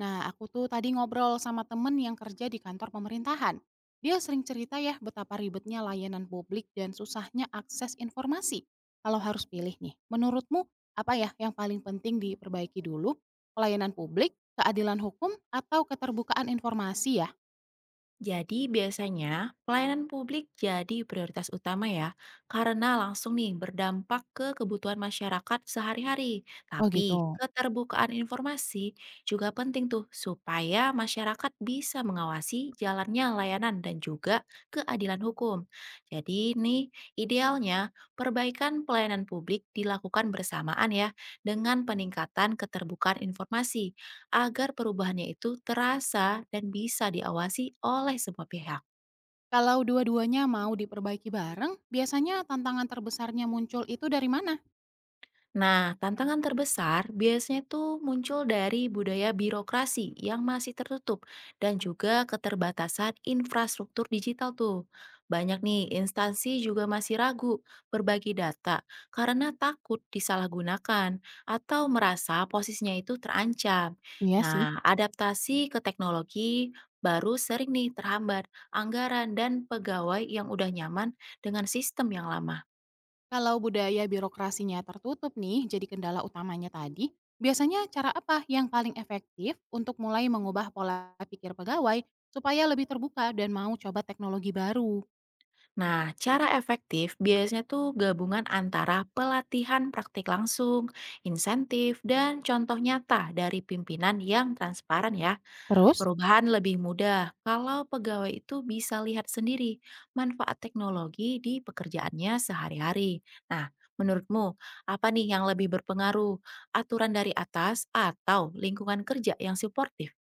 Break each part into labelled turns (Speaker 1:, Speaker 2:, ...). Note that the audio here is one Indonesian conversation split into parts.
Speaker 1: Nah, aku tuh tadi ngobrol sama temen yang kerja di kantor pemerintahan. Dia sering cerita ya betapa ribetnya layanan publik dan susahnya akses informasi. Kalau harus pilih nih, menurutmu apa ya yang paling penting diperbaiki dulu? Pelayanan publik, keadilan hukum, atau keterbukaan informasi ya?
Speaker 2: Jadi biasanya pelayanan publik jadi prioritas utama ya, karena langsung nih berdampak ke kebutuhan masyarakat sehari-hari.
Speaker 1: Oh
Speaker 2: Tapi
Speaker 1: gitu.
Speaker 2: keterbukaan informasi juga penting tuh supaya masyarakat bisa mengawasi jalannya layanan dan juga keadilan hukum. Jadi nih idealnya perbaikan pelayanan publik dilakukan bersamaan ya dengan peningkatan keterbukaan informasi agar perubahannya itu terasa dan bisa diawasi oleh semua pihak.
Speaker 1: Kalau dua-duanya mau diperbaiki bareng, biasanya tantangan terbesarnya muncul itu dari mana?
Speaker 2: Nah, tantangan terbesar biasanya tuh muncul dari budaya birokrasi yang masih tertutup dan juga keterbatasan infrastruktur digital tuh. Banyak nih instansi juga masih ragu berbagi data karena takut disalahgunakan atau merasa posisinya itu terancam.
Speaker 1: Iya sih.
Speaker 2: Nah, adaptasi ke teknologi baru sering nih terhambat anggaran dan pegawai yang udah nyaman dengan sistem yang lama.
Speaker 1: Kalau budaya birokrasinya tertutup nih, jadi kendala utamanya tadi, biasanya cara apa yang paling efektif untuk mulai mengubah pola pikir pegawai supaya lebih terbuka dan mau coba teknologi baru?
Speaker 2: Nah, cara efektif biasanya tuh gabungan antara pelatihan praktik langsung, insentif, dan contoh nyata dari pimpinan yang transparan ya.
Speaker 1: Terus?
Speaker 2: Perubahan lebih mudah kalau pegawai itu bisa lihat sendiri manfaat teknologi di pekerjaannya sehari-hari. Nah, menurutmu apa nih yang lebih berpengaruh? Aturan dari atas atau lingkungan kerja yang suportif?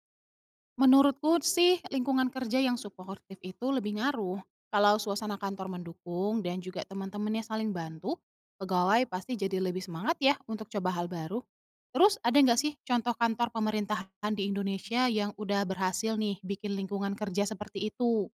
Speaker 1: Menurutku sih lingkungan kerja yang suportif itu lebih ngaruh. Kalau suasana kantor mendukung dan juga teman-temannya saling bantu, pegawai pasti jadi lebih semangat ya untuk coba hal baru. Terus ada nggak sih contoh kantor pemerintahan di Indonesia yang udah berhasil nih bikin lingkungan kerja seperti itu?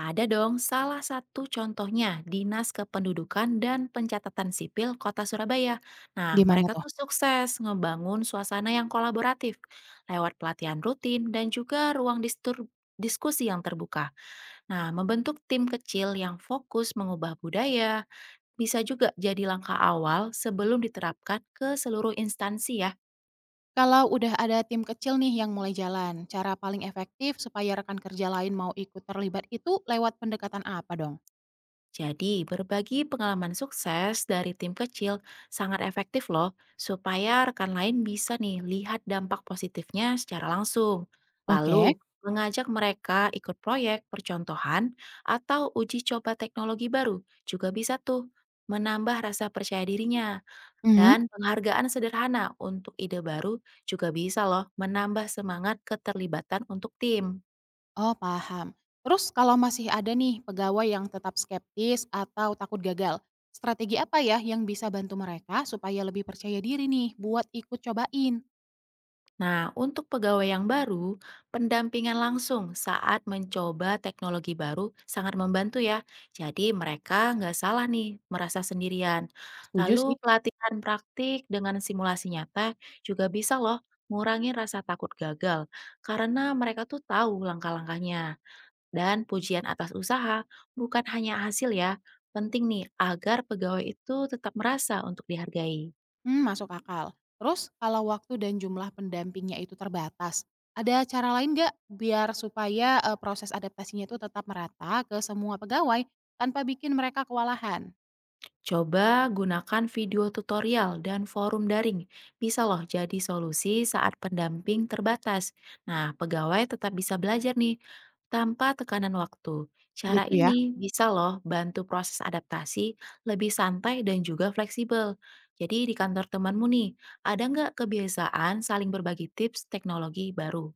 Speaker 2: Ada dong, salah satu contohnya Dinas Kependudukan dan Pencatatan Sipil Kota Surabaya. Nah,
Speaker 1: Gimana
Speaker 2: mereka
Speaker 1: tuh?
Speaker 2: tuh sukses ngebangun suasana yang kolaboratif lewat pelatihan rutin dan juga ruang diskusi yang terbuka. Nah, membentuk tim kecil yang fokus mengubah budaya bisa juga jadi langkah awal sebelum diterapkan ke seluruh instansi ya.
Speaker 1: Kalau udah ada tim kecil nih yang mulai jalan, cara paling efektif supaya rekan kerja lain mau ikut terlibat itu lewat pendekatan apa dong?
Speaker 2: Jadi, berbagi pengalaman sukses dari tim kecil sangat efektif loh, supaya rekan lain bisa nih lihat dampak positifnya secara langsung.
Speaker 1: Oke.
Speaker 2: Lalu, mengajak mereka ikut proyek percontohan atau uji coba teknologi baru juga bisa tuh menambah rasa percaya dirinya.
Speaker 1: Mhm.
Speaker 2: Dan penghargaan sederhana untuk ide baru juga bisa loh menambah semangat keterlibatan untuk tim.
Speaker 1: Oh, paham. Terus kalau masih ada nih pegawai yang tetap skeptis atau takut gagal, strategi apa ya yang bisa bantu mereka supaya lebih percaya diri nih buat ikut cobain?
Speaker 2: Nah, untuk pegawai yang baru, pendampingan langsung saat mencoba teknologi baru sangat membantu ya. Jadi mereka nggak salah nih merasa sendirian.
Speaker 1: Setuju
Speaker 2: Lalu
Speaker 1: sih.
Speaker 2: pelatihan praktik dengan simulasi nyata juga bisa loh ngurangi rasa takut gagal karena mereka tuh tahu langkah-langkahnya. Dan pujian atas usaha bukan hanya hasil ya. Penting nih agar pegawai itu tetap merasa untuk dihargai.
Speaker 1: Hmm, masuk akal. Terus kalau waktu dan jumlah pendampingnya itu terbatas, ada cara lain nggak biar supaya proses adaptasinya itu tetap merata ke semua pegawai tanpa bikin mereka kewalahan?
Speaker 2: Coba gunakan video tutorial dan forum daring. Bisa loh jadi solusi saat pendamping terbatas. Nah, pegawai tetap bisa belajar nih tanpa tekanan waktu. Cara
Speaker 1: Gitu ya.
Speaker 2: ini bisa loh bantu proses adaptasi lebih santai dan juga fleksibel. Jadi di kantor temanmu nih, ada nggak kebiasaan saling berbagi tips teknologi baru?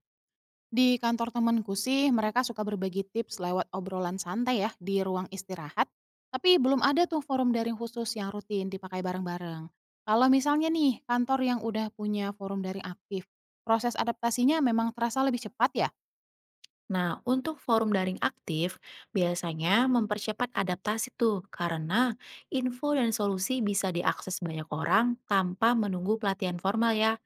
Speaker 1: Di kantor temanku sih, mereka suka berbagi tips lewat obrolan santai ya di ruang istirahat. Tapi belum ada tuh forum daring khusus yang rutin dipakai bareng-bareng. Kalau misalnya nih, kantor yang udah punya forum daring aktif, proses adaptasinya memang terasa lebih cepat ya?
Speaker 2: Nah, untuk forum daring aktif, biasanya mempercepat adaptasi tuh, karena info dan solusi bisa diakses banyak orang tanpa menunggu pelatihan formal ya.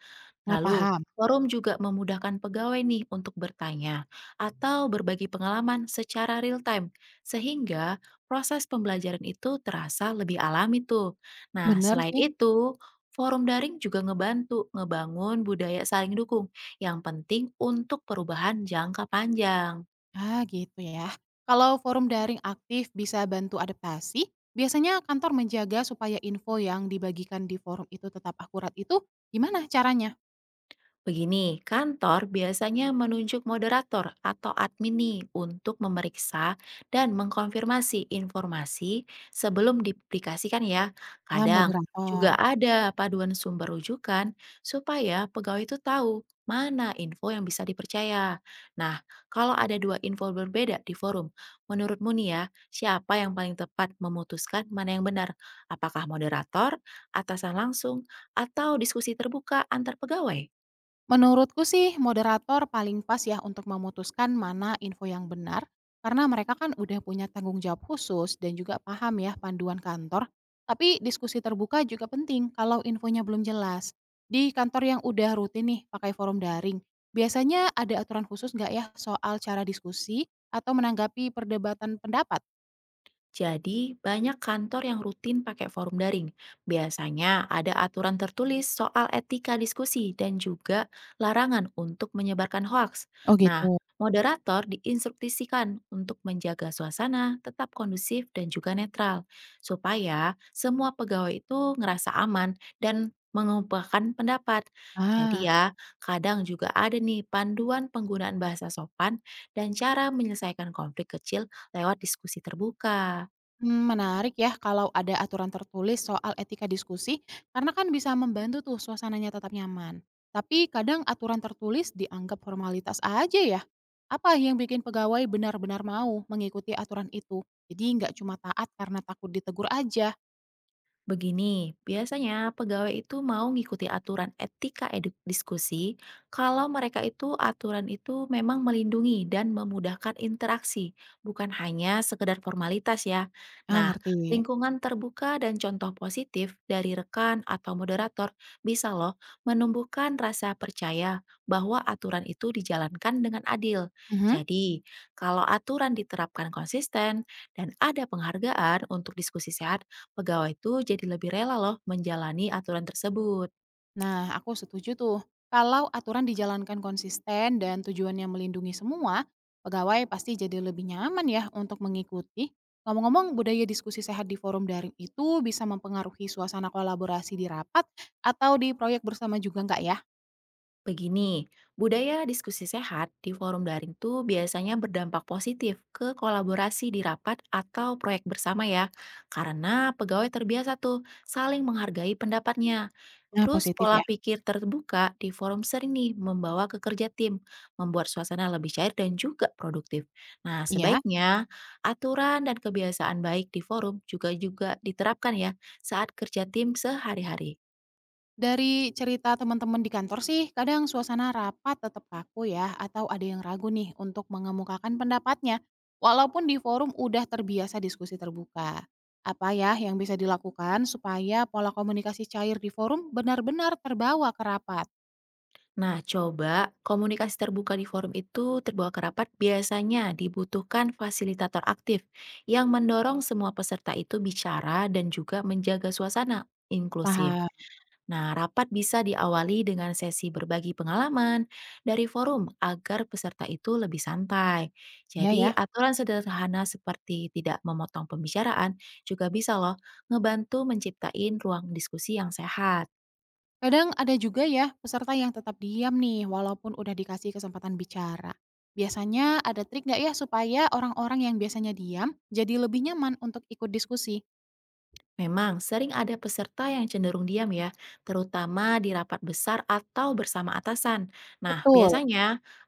Speaker 1: Nah,
Speaker 2: Lalu,
Speaker 1: paham.
Speaker 2: forum juga memudahkan pegawai nih untuk bertanya atau berbagi pengalaman secara real time, sehingga proses pembelajaran itu terasa lebih alami tuh. Nah,
Speaker 1: Bener
Speaker 2: selain
Speaker 1: sih.
Speaker 2: itu, forum daring juga ngebantu ngebangun budaya saling dukung yang penting untuk perubahan jangka panjang.
Speaker 1: Ah, gitu ya. Kalau forum daring aktif bisa bantu adaptasi, biasanya kantor menjaga supaya info yang dibagikan di forum itu tetap akurat itu gimana caranya?
Speaker 2: Begini, kantor biasanya menunjuk moderator atau admin nih untuk memeriksa dan mengkonfirmasi informasi sebelum dipublikasikan ya.
Speaker 1: Nah,
Speaker 2: Kadang
Speaker 1: moderator.
Speaker 2: juga ada paduan sumber rujukan supaya pegawai itu tahu mana info yang bisa dipercaya. Nah, kalau ada dua info berbeda di forum, menurutmu nih ya, siapa yang paling tepat memutuskan mana yang benar? Apakah moderator, atasan langsung, atau diskusi terbuka antar pegawai?
Speaker 1: Menurutku sih moderator paling pas ya untuk memutuskan mana info yang benar, karena mereka kan udah punya tanggung jawab khusus dan juga paham ya panduan kantor. Tapi diskusi terbuka juga penting kalau infonya belum jelas. Di kantor yang udah rutin nih pakai forum daring, biasanya ada aturan khusus nggak ya soal cara diskusi atau menanggapi perdebatan pendapat?
Speaker 2: Jadi, banyak kantor yang rutin pakai forum daring. Biasanya ada aturan tertulis soal etika diskusi dan juga larangan untuk menyebarkan hoaks.
Speaker 1: Oh
Speaker 2: Nah,
Speaker 1: gitu.
Speaker 2: moderator diinstruksikan untuk menjaga suasana tetap kondusif dan juga netral, supaya semua pegawai itu ngerasa aman dan mengumpulkan pendapat. Jadi
Speaker 1: Ah.
Speaker 2: ya, kadang juga ada nih panduan penggunaan bahasa sopan dan cara menyelesaikan konflik kecil lewat diskusi terbuka.
Speaker 1: Mmm, menarik ya kalau ada aturan tertulis soal etika diskusi, karena kan bisa membantu tuh suasananya tetap nyaman. Tapi kadang aturan tertulis dianggap formalitas aja ya. Apa yang bikin pegawai benar-benar mau mengikuti aturan itu? Jadi nggak cuma taat karena takut ditegur aja.
Speaker 2: Begini, biasanya pegawai itu mau ngikuti aturan etika diskusi kalau mereka itu aturan itu memang melindungi dan memudahkan interaksi, bukan hanya sekedar formalitas ya.
Speaker 1: Ah,
Speaker 2: Nah,
Speaker 1: ngerti.
Speaker 2: lingkungan terbuka dan contoh positif dari rekan atau moderator bisa loh menumbuhkan rasa percaya bahwa aturan itu dijalankan dengan adil.
Speaker 1: Mhm.
Speaker 2: Jadi, kalau aturan diterapkan konsisten dan ada penghargaan untuk diskusi sehat, pegawai itu jadi lebih rela loh menjalani aturan tersebut.
Speaker 1: Nah, aku setuju tuh. Kalau aturan dijalankan konsisten dan tujuannya melindungi semua, pegawai pasti jadi lebih nyaman ya untuk mengikuti. Ngomong-ngomong, budaya diskusi sehat di forum daring itu bisa mempengaruhi suasana kolaborasi di rapat atau di proyek bersama juga nggak ya?
Speaker 2: Begini, budaya diskusi sehat di forum daring tuh biasanya berdampak positif ke kolaborasi di rapat atau proyek bersama ya. Karena pegawai terbiasa tuh saling menghargai pendapatnya.
Speaker 1: Nah,
Speaker 2: Terus
Speaker 1: positif
Speaker 2: pola
Speaker 1: ya.
Speaker 2: pikir terbuka di forum sering nih membawa ke kerja tim, membuat suasana lebih cair dan juga produktif. Nah,
Speaker 1: Iya.
Speaker 2: sebaiknya aturan dan kebiasaan baik di forum juga juga diterapkan ya saat kerja tim sehari-hari.
Speaker 1: Dari cerita teman-teman di kantor sih, kadang suasana rapat tetap kaku ya, atau ada yang ragu nih untuk mengemukakan pendapatnya, walaupun di forum udah terbiasa diskusi terbuka. Apa ya yang bisa dilakukan supaya pola komunikasi cair di forum benar-benar terbawa ke rapat?
Speaker 2: Nah, coba komunikasi terbuka di forum itu terbawa ke rapat biasanya dibutuhkan fasilitator aktif yang mendorong semua peserta itu bicara dan juga menjaga suasana inklusif.
Speaker 1: Paham,
Speaker 2: Nah, rapat bisa diawali dengan sesi berbagi pengalaman dari forum agar peserta itu lebih santai.
Speaker 1: ya
Speaker 2: Jadi,
Speaker 1: ya.
Speaker 2: aturan sederhana seperti tidak memotong pembicaraan juga bisa loh ngebantu menciptain ruang diskusi yang sehat.
Speaker 1: Kadang ada juga ya peserta yang tetap diam nih walaupun udah dikasih kesempatan bicara. Biasanya ada trik nggak ya supaya orang-orang yang biasanya diam jadi lebih nyaman untuk ikut diskusi?
Speaker 2: Memang sering ada peserta yang cenderung diam ya, terutama di rapat besar atau bersama atasan. Nah,
Speaker 1: Betul.
Speaker 2: biasanya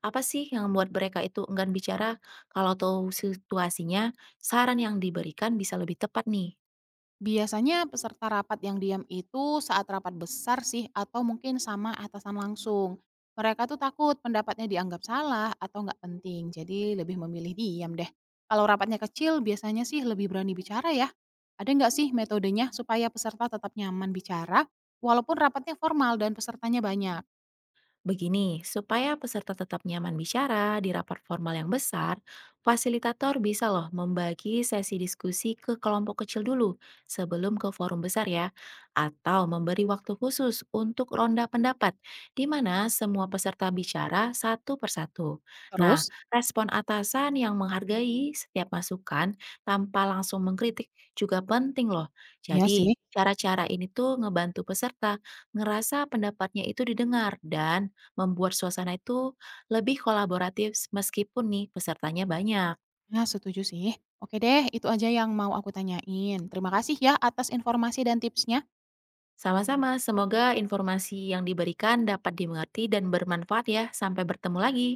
Speaker 2: apa sih yang membuat mereka itu enggan bicara? Kalau tahu situasinya, saran yang diberikan bisa lebih tepat nih.
Speaker 1: Biasanya peserta rapat yang diam itu saat rapat besar sih atau mungkin sama atasan langsung. Mereka tuh takut pendapatnya dianggap salah atau nggak penting, jadi lebih memilih diam deh. Kalau rapatnya kecil, biasanya sih lebih berani bicara ya. Ada nggak sih metodenya supaya peserta tetap nyaman bicara, walaupun rapatnya formal dan pesertanya banyak?
Speaker 2: Begini, supaya peserta tetap nyaman bicara di rapat formal yang besar, fasilitator bisa loh membagi sesi diskusi ke kelompok kecil dulu sebelum ke forum besar ya, atau memberi waktu khusus untuk ronda pendapat di mana semua peserta bicara satu persatu. Nah,
Speaker 1: Terus?
Speaker 2: respon atasan yang menghargai setiap masukan tanpa langsung mengkritik juga penting loh.
Speaker 1: Iya sih.
Speaker 2: Jadi, cara-cara ini tuh ngebantu peserta ngerasa pendapatnya itu didengar dan membuat suasana itu lebih kolaboratif meskipun nih pesertanya banyak.
Speaker 1: Nah, setuju sih. Oke deh, itu aja yang mau aku tanyain. Terima kasih ya atas informasi dan tipsnya.
Speaker 2: Sama-sama, semoga informasi yang diberikan dapat dimengerti dan bermanfaat ya. Sampai bertemu lagi.